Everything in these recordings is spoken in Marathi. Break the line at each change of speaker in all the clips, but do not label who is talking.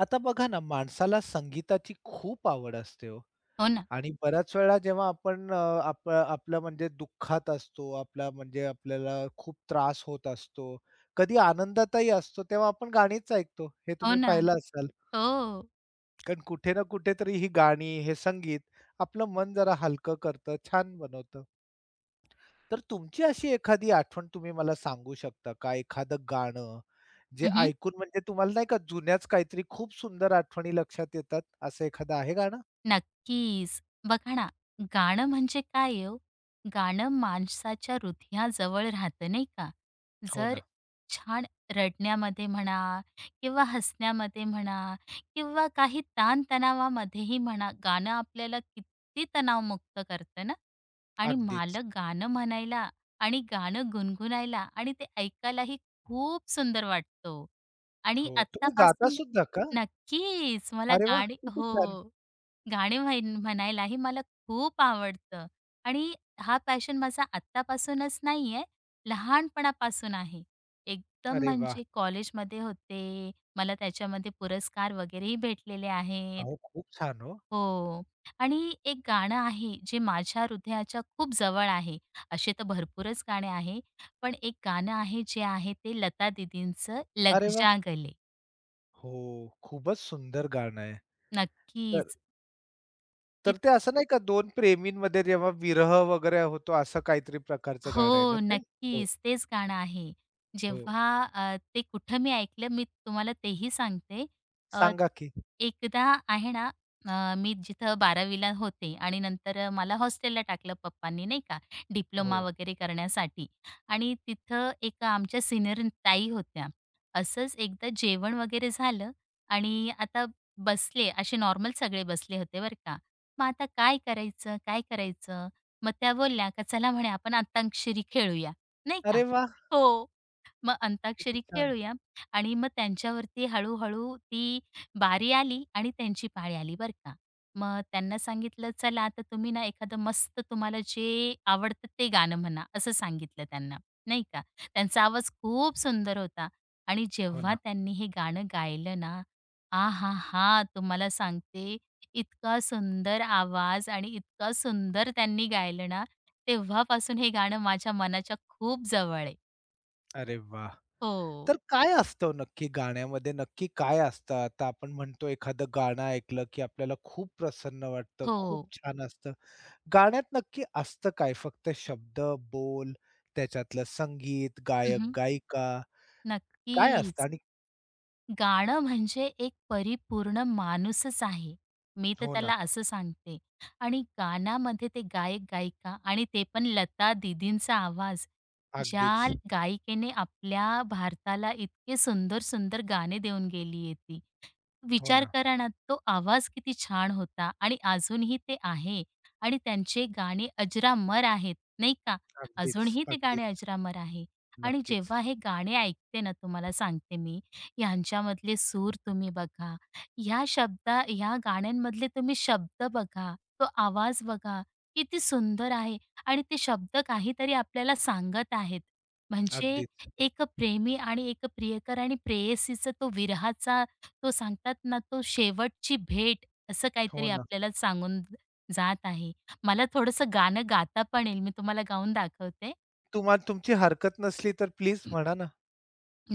आता बघा ना, माणसाला संगीताची खूप आवड असते हो
हो ना,
आणि बऱ्याच वेळा जेव्हा आपण आपलं म्हणजे दुःखात असतो, आपला म्हणजे आपल्याला खूप त्रास होत असतो, कधी आनंदातही असतो, तेव्हा आपण गाणीच ऐकतो. हे
हो
तुम्ही
ना.
पाहिलं असाल.
हो.
कारण कुठे ना कुठेतरी ही गाणी, हे संगीत आपलं मन जरा हलकं करतं, छान बनवतं. तर तुमची अशी एखादी आठवण तुम्ही मला सांगू शकता का? एखादं गाणं जे
हं,
ऐकून म्हणजे तुम्हाला नाही का जुन्याच काहीतरी खूप सुंदर आठवणी लक्षात येतात, असं एखादं आहे गाणं?
नक्कीच. बघा ना, गाणं म्हणजे काय आहे ओ? गाणं माणसाच्या हृदयाजवळ राहतं नाही का?
हो
जर
ना.
छान रडण्यामध्ये म्हणा किंवा हसण्यामध्ये म्हणा किंवा काही ताणतणावामध्येही म्हणा, गाणं आपल्याला किती तणावमुक्त करतं ना? आणि
अगदीच.
मला गाणं म्हणायला आणि गाणं गुणगुणायला आणि ते ऐकायलाही खूप सुंदर वाटतं हो. आणि
हो. तुम्ही गाता
आत्तापासून
सुद्धा का?
नक्कीच मला
अरे वाह!
गाणी
किती
हो.
छान.
गाणे म्हणायलाही मला खूप आवडतं आणि हा पॅशन माझा आत्तापासूनच नाहीये, लहानपणापासून आहे. एकदम
अरे वाह!
म्हणजे कॉलेजमध्ये होते, मला त्याच्यामध्ये पुरस्कार वगैरेही भेटलेले आहेत.
अहो, खूप छान हो.
हो. आणि एक गाणं आहे जे माझ्या हृदयाच्या खूप जवळ आहे. असे तर भरपूरच गाणे आहे, पण एक गाणं आहे जे आहे ते लता दीदींचं लग
अरे वाह!
जा गले.
हो, खूपच सुंदर गाणं आहे. तर
नक्कीच.
तर ते असं नाही का दोन प्रेमींमध्ये जेव्हा विरह वगैरे होतो असं काहीतरी प्रकारचं गाणं आहे ना
हो,
ते? हो,
नक्कीच. तेच गाणं आहे.
हो.
जेव्हा अ, ते कुठं मी ऐकलं मी तुम्हाला तेही सांगते. अ,
सांगा की?
एकदा आहे ना मी जिथं बारावीला होते आणि नंतर मला हॉस्टेलला टाकलं पप्पांनी नाही का, डिप्लोमा
हो.
वगैरे करण्यासाठी आणि तिथं एक आमच्या सीनियर ताई होत्या. असंच एकदा जेवण वगैरे झालं आणि आता बसले, असे नॉर्मल सगळे बसले होते बरं का. मग आता काय करायचं, काय करायचं? मग त्या बोलल्या का चला म्हणे आपण अंताक्षरी खेळूया, नाही का.
अरे वाह!
हो. मग
किती
अंताक्षरी
छान.
खेळूया आणि मग त्यांच्यावरती हळू-हळू ती बारी आली आणि त्यांची पाळी आली बरं का. मग त्यांना सांगितलं, "चला आता तुम्ही ना एखादं मस्त तुम्हाला जे आवडतं ते गाणं म्हणा." असं सांगितलं त्यांना, नाही का. त्यांचा आवाज खूप सुंदर होता आणि
हो
जेव्हा
ना.
त्यांनी हे गाणं गायलं ना, आहाहा! तुम्हाला सांगते इतका सुंदर आवाज आणि इतका सुंदर त्यांनी गायलं ना, तेव्हापासून हे गाणं माझ्या मनाच्या खूप जवळ आहे.
अरे वाह!
हो.
तर काय असतं नक्की गाण्यामध्ये नक्की काय असतं? आता आपण म्हणतो एखादं गाणं ऐकलं की आपल्याला खूप प्रसन्न वाटतं, खूप
हो.
छान असतं. गाण्यात नक्की असतं काय? फक्त शब्द, बोल, त्याच्यातलं संगीत,
हं, हं.
गायक-गायिका काय असतं?
नक्कीच.
आणि
गाणं म्हणजे एक परिपूर्ण माणूसच आहे. मी तर
हो ना,
त्याला असं सांगते. आणि गाण्यामध्ये ते गायक-गायिका आणि ते पण लता दीदींचा आवाज. ज्या
अगदीच.
गायिकेने आपल्या भारताला इतके सुंदर-सुंदर गाणे देऊन गेली आहे
हो
विचार
ना.
करा ना, तो आवाज किती छान होता आणि अजूनही ते आहे आणि त्यांचे गाणे अजरामर आहेत, नाही का?
अगदीच,
अजूनही ते
अगदीच.
गाणे अजरामर आहे आणि
नक्कीच.
जेव्हा हे गाणे ऐकते ना, तुम्हाला सांगते मी, ह्यांच्यामधले सूर तुम्ही बघा, ह्या शब्द ह्या गाण्यांमधले तुम्ही शब्द बघा, तो आवाज बघा, किती सुंदर आहे आणि ते शब्द काहीतरी आपल्याला सांगत आहेत. म्हणजे
अगदीच.
एक प्रेमी आणि एक प्रियकर आणि प्रेयसीचा तो विरहाचा तो सांगतात ना, तो शेवटची भेट असं
हो
काहीतरी
ना.
आपल्याला सांगून जात आहे. मला थोडंसं गाणं गाता पण येईल. मी तुम्हाला गाऊन दाखवते.
तुम्हाला तुमची हरकत नसली तर प्लीज म्हणा ना.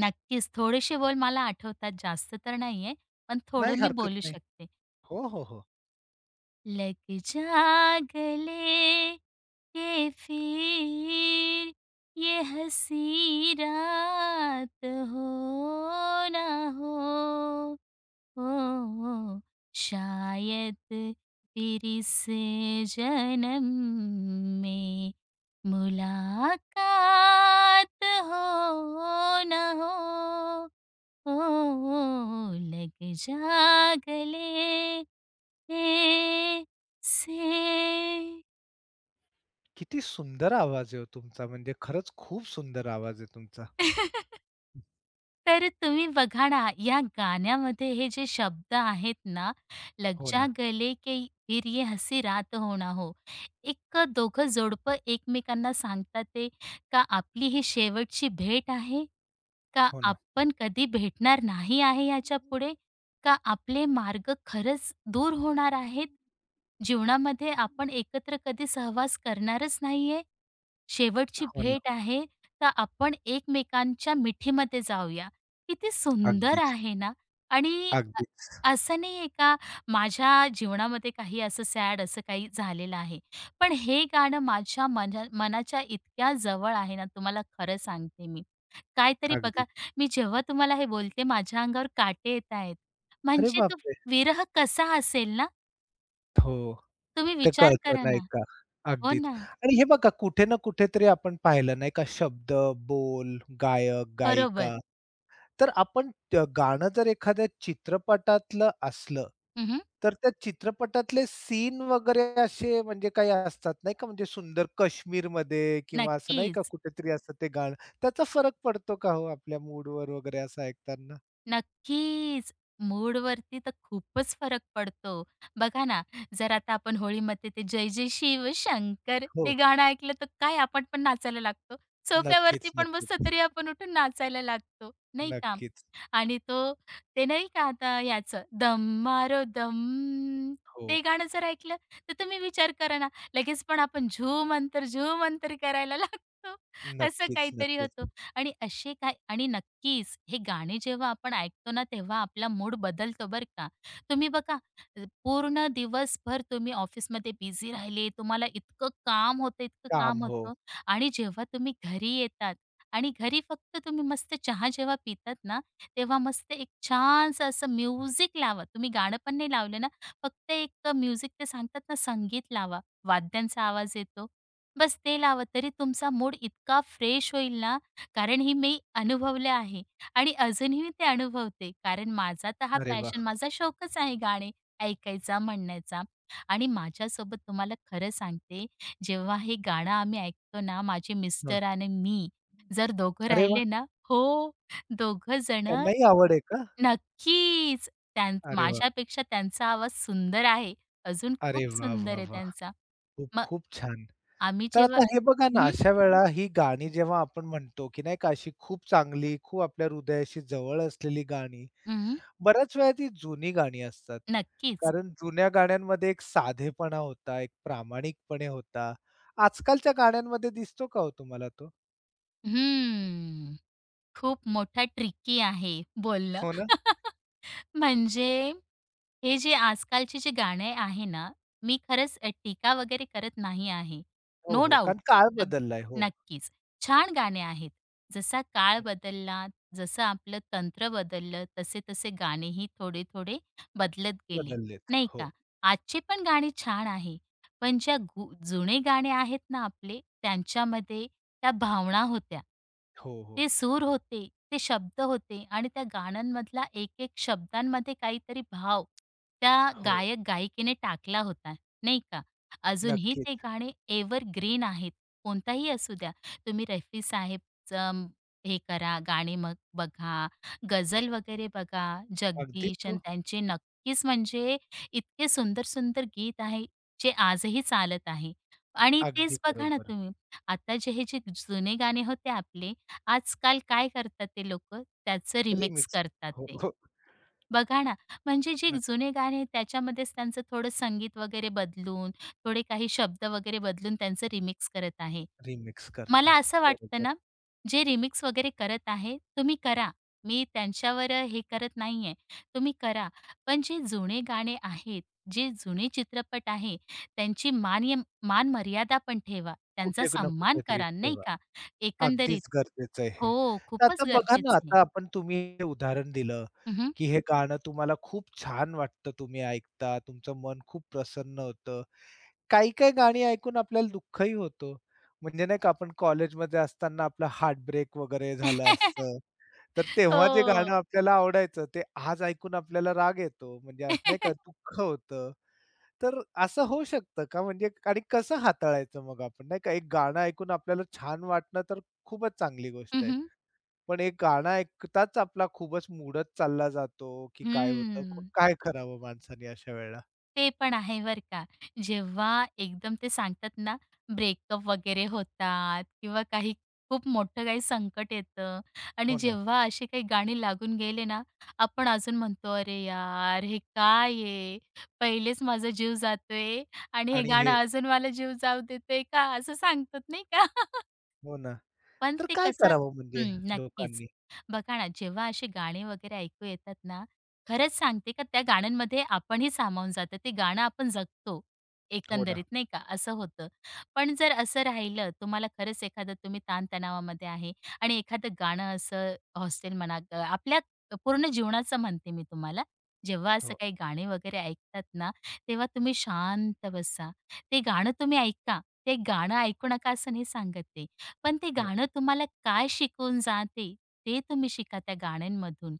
नक्कीच थोडेसे बोल मला आठवतात, जास्त तर नाहीये, पण
नाही
थोडं मी
हरकत
बोलू
नाही.
शकते.
हो, हो, हो.
लग जा गले ये फिर ये हसी रात हो ना हो. ओ, शायद फिर से जन्म में मुलाकात हो न हो ओ, लग जा गले से
किती सुंदर आवाज आहे हो तुमचा, म्हणजे खरंच खूप सुंदर आवाज आहे तुमचा.
तर तुम्ही बघा ना, या गाण्यामध्ये हे जे शब्द आहेत ना, लग
हो
जा
ना,
गले के फिर ये हसी रात हो ना हो. एक दोघं जोडपं एकमेकांना सांगतात ते, का आपली ही शेवटची भेट आहे, का
हो ना.
आपण कधी भेटणार नाही आहे याच्यापुढे, का आपले मार्ग खरंच दूर होणार आहेत, जीवनामध्ये आपण एकत्र कधी सहवास करणारच नाहीये? शेवटची
हो ना.
भेट आहे, तर आपण एकमेकांच्या मिठीमध्ये जाऊया. किती सुंदर
अगदीच,
आहे ना. आणि
अगदीच,
असं नाहीये का माझ्या जीवनामध्ये काही असं सॅड असं काही झालेलं आहे. पण हे गाणं माझ्या मनाच्या इतक्या जवळ आहे ना, तुम्हाला खरं सांगते मी. काहीतरी बघा,
अगदीच.
मी जेव्हा तुम्हाला हे बोलते माझ्या अंगावर काटे येत आहेत.
अरे
म्हणजे तो
बापरे!
विरह कसा असेल ना,
हो.
तुम्ही
ते
विचार
कळतं
करा
नाही
ना.
का?
हो
अगदीच.
ना.
आणि हे बघा कुठे ना कुठेतरी आपण पाहिलं नाही का शब्द, बोल, गायक,
बरोबर.
गायिका तर आपण गाणं जर एखाद्या चित्रपटातलं असलं,
हं,
तर त्या चित्रपटातले सीन वगैरे असे म्हणजे काही असतात नाही का म्हणजे सुंदर काश्मीरमध्ये किंवा असं नाही का
नक्कीच.
कुठेतरी असं ते गाणं त्याचा फरक पडतो का हो आपल्या मूडवर वगैरे असं ऐकताना?
नक्कीच. मूडवरती तर खूपच फरक पडतो. बघा ना, जर आता आपण होळीमध्ये ते जय जय शिवशंकर
हो.
ते गाणं ऐकलं तर काय आपण पण नाचायला लागतो. सोफ्यावरती
नक्कीच,
पण बसलं
नक्कीच.
तरी आपण उठून नाचायला लागतो, नाही का?
नक्कीच.
आणि तो ते नाही का आता याचं दम मारो दम
हो.
ते गाणं जर ऐकलं तर तुम्ही विचार करा ना, लगेच पण आपण झूम अंतर, झूम अंतर करायला लागतो. असं
नक्कीच,
काहीतरी
नक्कीच.
होतं आणि असे काय आणि नक्कीच हे गाणे जेव्हा आपण ऐकतो ना, तेव्हा आपला मूड बदलतो बरं का. तुम्ही बघा पूर्ण दिवसभर तुम्ही ऑफिसमध्ये बिझी राहिले, तुम्हाला इतकं काम होतं, इतकं
काम.
काम
हो.
होतं आणि जेव्हा तुम्ही घरी येतात आणि घरी फक्त तुम्ही मस्त चहा जेव्हा पितात ना, तेव्हा मस्त एक छानसं असं म्युझिक लावा. तुम्ही गाणं पण नाही लावलं ना, फक्त एक म्युझिक ते सांगतात ना, संगीत लावा. वाद्यांचा आवाज येतो. बस ते लावा, तरी तुमचा मूड इतका फ्रेश होईल ना, कारण ही मी अनुभवले आहे आणि अजूनही मी ते अनुभवते. कारण माझा तर हा
अरे वाह!
पॅशन, माझा शौकच आहे गाणे ऐकायचा, म्हणण्याचा. आणि माझ्यासोबत तुम्हाला खरं सांगते, जेव्हा हे गाणं आम्ही ऐकतो ना, माझे मिस्टर आणि मी जर दोघं
अरे वाह!
राहिले ना हो, दोघं जण
त्यांनाही आवड आहे का?
नक्कीच.
अरे वाह!
माझ्यापेक्षा त्यांचा आवाज सुंदर आहे. अजून खूप
अरे वाह,
सुंदर
वाह,
आहे
वाह!
त्यांचा.
खूप,
मग
खूप छान.
आम्ही
तर
जेव्हा
आता हे बघा ना,
हं,
अशा वेळा ही गाणी जेव्हा आपण म्हणतो, की नाही का अशी खूप चांगली, खूप आपल्या हृदयाशी जवळ असलेली गाणी,
हं.
बऱ्याच वेळा ती जुनी गाणी असतात.
नक्कीच.
कारण जुन्या गाण्यांमध्ये एक साधेपणा होता, एक प्रामाणिकपणे होता. आजकालच्या गाण्यांमध्ये दिसतो का हो तुम्हाला तो?
हम्म. खूप मोठा ट्रिकी आहे बोलणं.
हो ना?
म्हणजे हे जे आजकालची जी गाणे आहे ना, मी खरंच टीका वगैरे करत नाही आहे.
हो,
नो
हो.
डाउट
कारण काळ
अ,
बदललाय. हो.
नक्कीच. छान गाणे आहेत. जसा काळ बदलला, जसं आपलं तंत्र बदललं, तसे-तसे गाणेही थोडे-थोडे बदलत गेले,
बदललेत.
नाही का?
हो.
आजची पण गाणी छान आहे. पण ज्या जुने गाणे आहेत ना आपले, त्यांच्यामध्ये त्या भावना होत्या.
हो, हो.
ते सूर होते, ते शब्द होते आणि त्या गाण्यांमधला एक-एक शब्दांमध्ये काहीतरी भाव त्या
हो.
गायक-गायिकेने टाकला होता, नाही का? अजूनही ते
नक्कीच.
गाणे एव्हरग्रीन आहेत. कोणताही असू द्या. तुम्ही रफी साहेबचं हे करा, गाणे मग बघा, गझल वगैरे बघा,
अगदीच
जगदीश अन्
हो.
त्यांचे नक्कीच म्हणजे इतके सुंदर-सुंदर गीत आहे, जे आजही चालत आहे आणि
अगदी
तेच बघा ना
बरोबर.
तुम्ही. आता जे हे जे जुने गाणे होते आपले, आजकाल काय करतात ते लोकं, त्याचं रिमिक्स
रिमिक्स.
करतात
हो,
ते.
हो.
बघा ना, म्हणजे जे जुने गाणे आहे, त्याच्यामध्येच त्यांचं थोडं संगीत वगैरे बदलून, थोडे काही शब्द वगैरे बदलून त्यांचं रिमिक्स करत आहे.
नक्की रिमिक्स
मला
करतात.
असं वाटतं
बरोबर.
ना, जे रिमिक्स वगैरे करत आहे, तुम्ही करा. मी त्यांच्यावर हे करत नाहीये. तुम्ही करा. पण जे जुने गाणे आहेत, जे जुने चित्रपट आहे, त्यांची मान मान मर्यादा पण ठेवा. त्यांचा
कुठे ना
सन्मान
कुठेतरी
करा, नाही
ठेवा.
का? एकंदरीत
अगदीच गरजेचं आहे हे.
हो,
तर आता
खूपच
बघा ना,
गरजेचं आहे.
आता आपण तुम्ही हे उदाहरण दिलं,
हं,
की हे गाणं तुम्हाला खूप छान वाटतं, तुम्ही ऐकता, तुमचं मन खूप प्रसन्न होतं. काही-काही गाणी ऐकून आपल्याला दुःखही होतं. म्हणजे नाही का आपण कॉलेजमध्ये असताना आपला हार्टब्रेक वगैरे झालं असतं. तर तेव्हा जे
हो.
गाणं आपल्याला आवडायचं, ते आज ऐकून आपल्याला राग येतो. म्हणजे नाही का दुःख होतं. तर असं होऊ शकतं का? म्हणजे आणि कसं हाताळायचं मग आपण नाही का? एक गाणं ऐकून आपल्याला छान वाटणं तर खूपच चांगली
हं,
गोष्ट आहे.
हं.
पण एक गाणं ऐकताच आपला खूपच मूडच चालला जातो, की काय होतं? मग काय करावं माणसाने अशा वेळेला?
ते पण आहे बरं का. जेव्हा एकदम ते सांगतात ना, ब्रेकअप वगैरे होतात किंवा काही खूप मोठं काही संकट येतं आणि
हो ना.
जेव्हा अशी काही गाणी लागून गेले ना, आपण अजून म्हणतो, "अरे यार, हे काय आहे? पहिलेच माझा जीव जातोय आणि हे
आणि
गाणं
हे
अजून मला जीव जाऊ देतंय का?" असं सांगतात नाही का?
हो ना.
पण
तर
ते
काय
कसं
करावं म्हणजे
हं, नक्कीच.
लोकांनी?
बघा ना, जेव्हा असे गाणे वगैरे ऐकू येतात ना, खरंच सांगते का त्या गाण्यांमध्ये आपणही सामावून जातो. ते गाणं आपण जगतो
हो ना.
एकंदरीत, नाही का, असं होतं. पण जर असं राहिलं, तुम्हाला खरंच एखादं तुम्ही ताणतणावामध्ये आहे आणि एखादं गाणं असं हॉस्टेल म्हणा, आपल्या पूर्ण जीवनाचं म्हणते मी तुम्हाला, जेव्हा असं
हो,
काही गाणे वगैरे ऐकतात ना, तेव्हा तुम्ही शांत बसा. ते गाणं तुम्ही ऐका. ते गाणं ऐकू नका असं नाही सांगत ते. पण ते
हो.
गाणं तुम्हाला काय शिकवून जाते, ते तुम्ही शिका त्या गाण्यांमधून.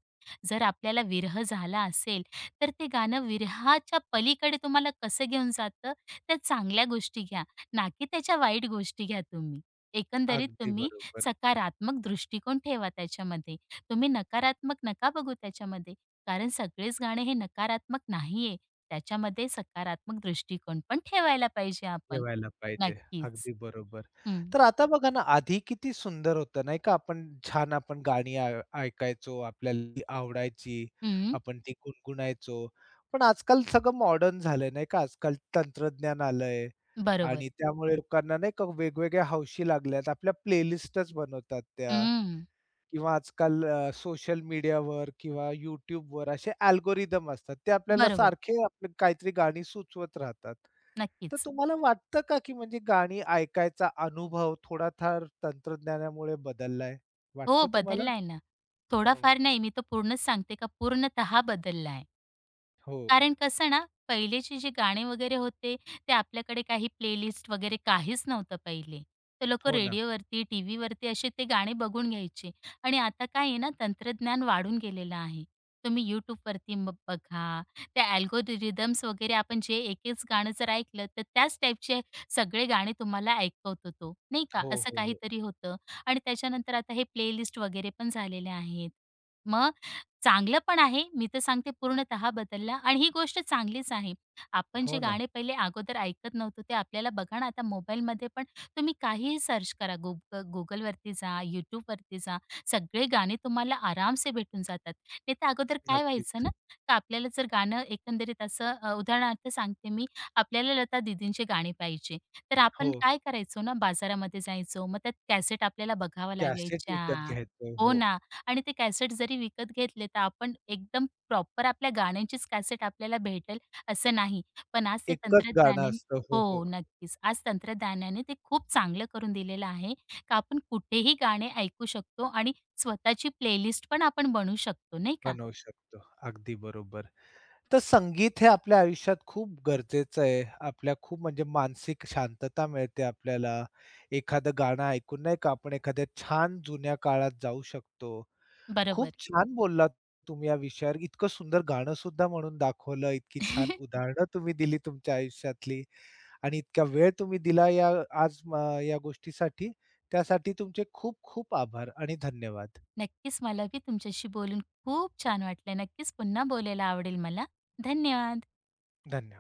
जर आपल्याला विरह झाला असेल, तर ते गाणं विरहाच्या पलीकडे तुम्हाला कसं घेऊन जातं, त्या चांगल्या गोष्टी घ्या, ना की त्याच्या वाईट गोष्टी घ्या तुम्ही. एकंदरीत
अगदी
तुम्ही
बरोबर.
सकारात्मक दृष्टिकोन ठेवा त्याच्यामध्ये. तुम्ही नकारात्मक नका बघू त्याच्यामध्ये, कारण सगळेच गाणे हे नकारात्मक नाही त्याच्यामध्ये सकारात्मक दृष्टिकोन पण ठेवायला पाहिजे आपण.
ठेवायला पाहिजे.
नक्कीच.
अगदी बरोबर.
हं,
तर आता बघा ना, आधी किती सुंदर होतं नाही का? आपण छान आपण गाणी ऐकायचो, आपल्याला ती आवडायची,
हं.
आपण ती गुणगुणायचो. पण आजकाल सगळं मॉडर्न झालंय नाही का? आजकाल तंत्रज्ञान आलंय
बरोबर.
आणि त्यामुळे लोकांना नाही का वेगवेगळ्या हौशी लागल्यात. आपल्या प्लेलिस्टच बनवतात त्या
हं,
किंवा आजकाल सोशल मीडियावर किंवा YouTubeवर असे अल्गोरिदम असतात. ते आपल्याला
बरोबर.
सारखे आपले काहीतरी गाणी सुचवत राहतात. तर
नक्कीच.
तुम्हाला वाटतं का, की म्हणजे गाणी ऐकायचा अनुभव थोडाफार तंत्रज्ञानामुळे बदललाय?
हो,
वाटतं तुम्हाला?
बदललाय ना.
हो.
थोडाफार नाही, मी तर पूर्णच सांगते का पूर्णतः बदललाय.
हो,
कारण कसं ना, पहिलेचे जे गाणे वगैरे होते, ते आपल्याकडे काही प्लेलिस्ट वगैरे काहीच नव्हतं पहिले. तर लोकं
हो ना.
रेडिओवरती, टीव्हीवरती असे ते गाणे बघून घ्यायचे. आणि आता काय आहे ना, तंत्रज्ञान वाढून गेलेलं आहे. तुम्ही YouTubeवरती मग बघा, त्या अल्गोरिदम्स वगैरे आपण जे एक-एक गाणं जर ऐकलं, तर त्याच टाईपचे सगळे गाणे तुम्हाला ऐकवतो तो, नाही का?
हो,
असं
हो, हो.
काहीतरी होतं. आणि त्याच्यानंतर आता हे प्लेलिस्ट वगैरे पण झालेले आहेत. मग चांगलं पण आहे. मी तर सांगते पूर्णतः बदलला आणि ही गोष्ट चांगलीच आहे. आपण जे
हो ना.
गाणे पहिले अगोदर ऐकत नव्हतो ते आपल्याला बघा ना आता मोबाईलमध्ये पण तुम्ही काहीही सर्च करा. Googleवरती जा, YouTubeवरती जा. सगळे गाणे तुम्हाला आरामसे भेटून जातात. नाही तर अगोदर काय व्हायचं
नक्कीच.
ना, का आपल्याला जर गाणं एकंदरीत असं उदाहरणार्थ सांगते मी, आपल्याला लता दीदींचे गाणे पाहिजे. तर
हो,
आपण काय करायचो ना, बाजारामध्ये जायचो. मग त्यात कॅसेट आपल्याला बघाव्या
कॅसेट विकत
लागायच्या.
घ्यायचो.
हो
हो.
ना. आणि ते कॅसेट जरी विकत घेतले, तर आपण एकदम प्रॉपर आपल्या गाण्यांचीच कॅसेट आपल्याला भेटेल असं नाही. पण आज ते
एकच गाणं
तंत्रज्ञानाने
असतं. हो,
हो,
हो.
नक्कीच. आज तंत्रज्ञानाने ते खूप चांगलं करून दिलेलं आहे, का आपण कुठेही गाणे ऐकू शकतो आणि स्वतःची प्लेलिस्ट पण आपण बनवू शकतो, नाही का?
बनवू शकतो. अगदी बरोबर. तर संगीत हे आपल्या आयुष्यात खूप गरजेचं आहे. आपल्या खूप म्हणजे मानसिक शांतता मिळते आपल्याला. एखादं गाणं ऐकून नाही का आपण एखाद्या छान जुन्या काळात जाऊ शकतो. खूप
बरोबर.
छान बोललात तुम्ही या विषयावर. इतकं सुंदर गाणं सुद्धा म्हणून दाखवलं, इतकी छान उदाहरणं तुम्ही दिली तुमच्या आयुष्यातली आणि इतका वेळ तुम्ही दिला या आज या गोष्टीसाठी. त्यासाठी तुमचे खूप खूप आभार आणि धन्यवाद.
नक्कीच मला बी तुमच्याशी बोलून खूप छान वाटलं. नक्कीच पुन्हा बोलायला आवडेल मला. धन्यवाद.
धन्यवाद.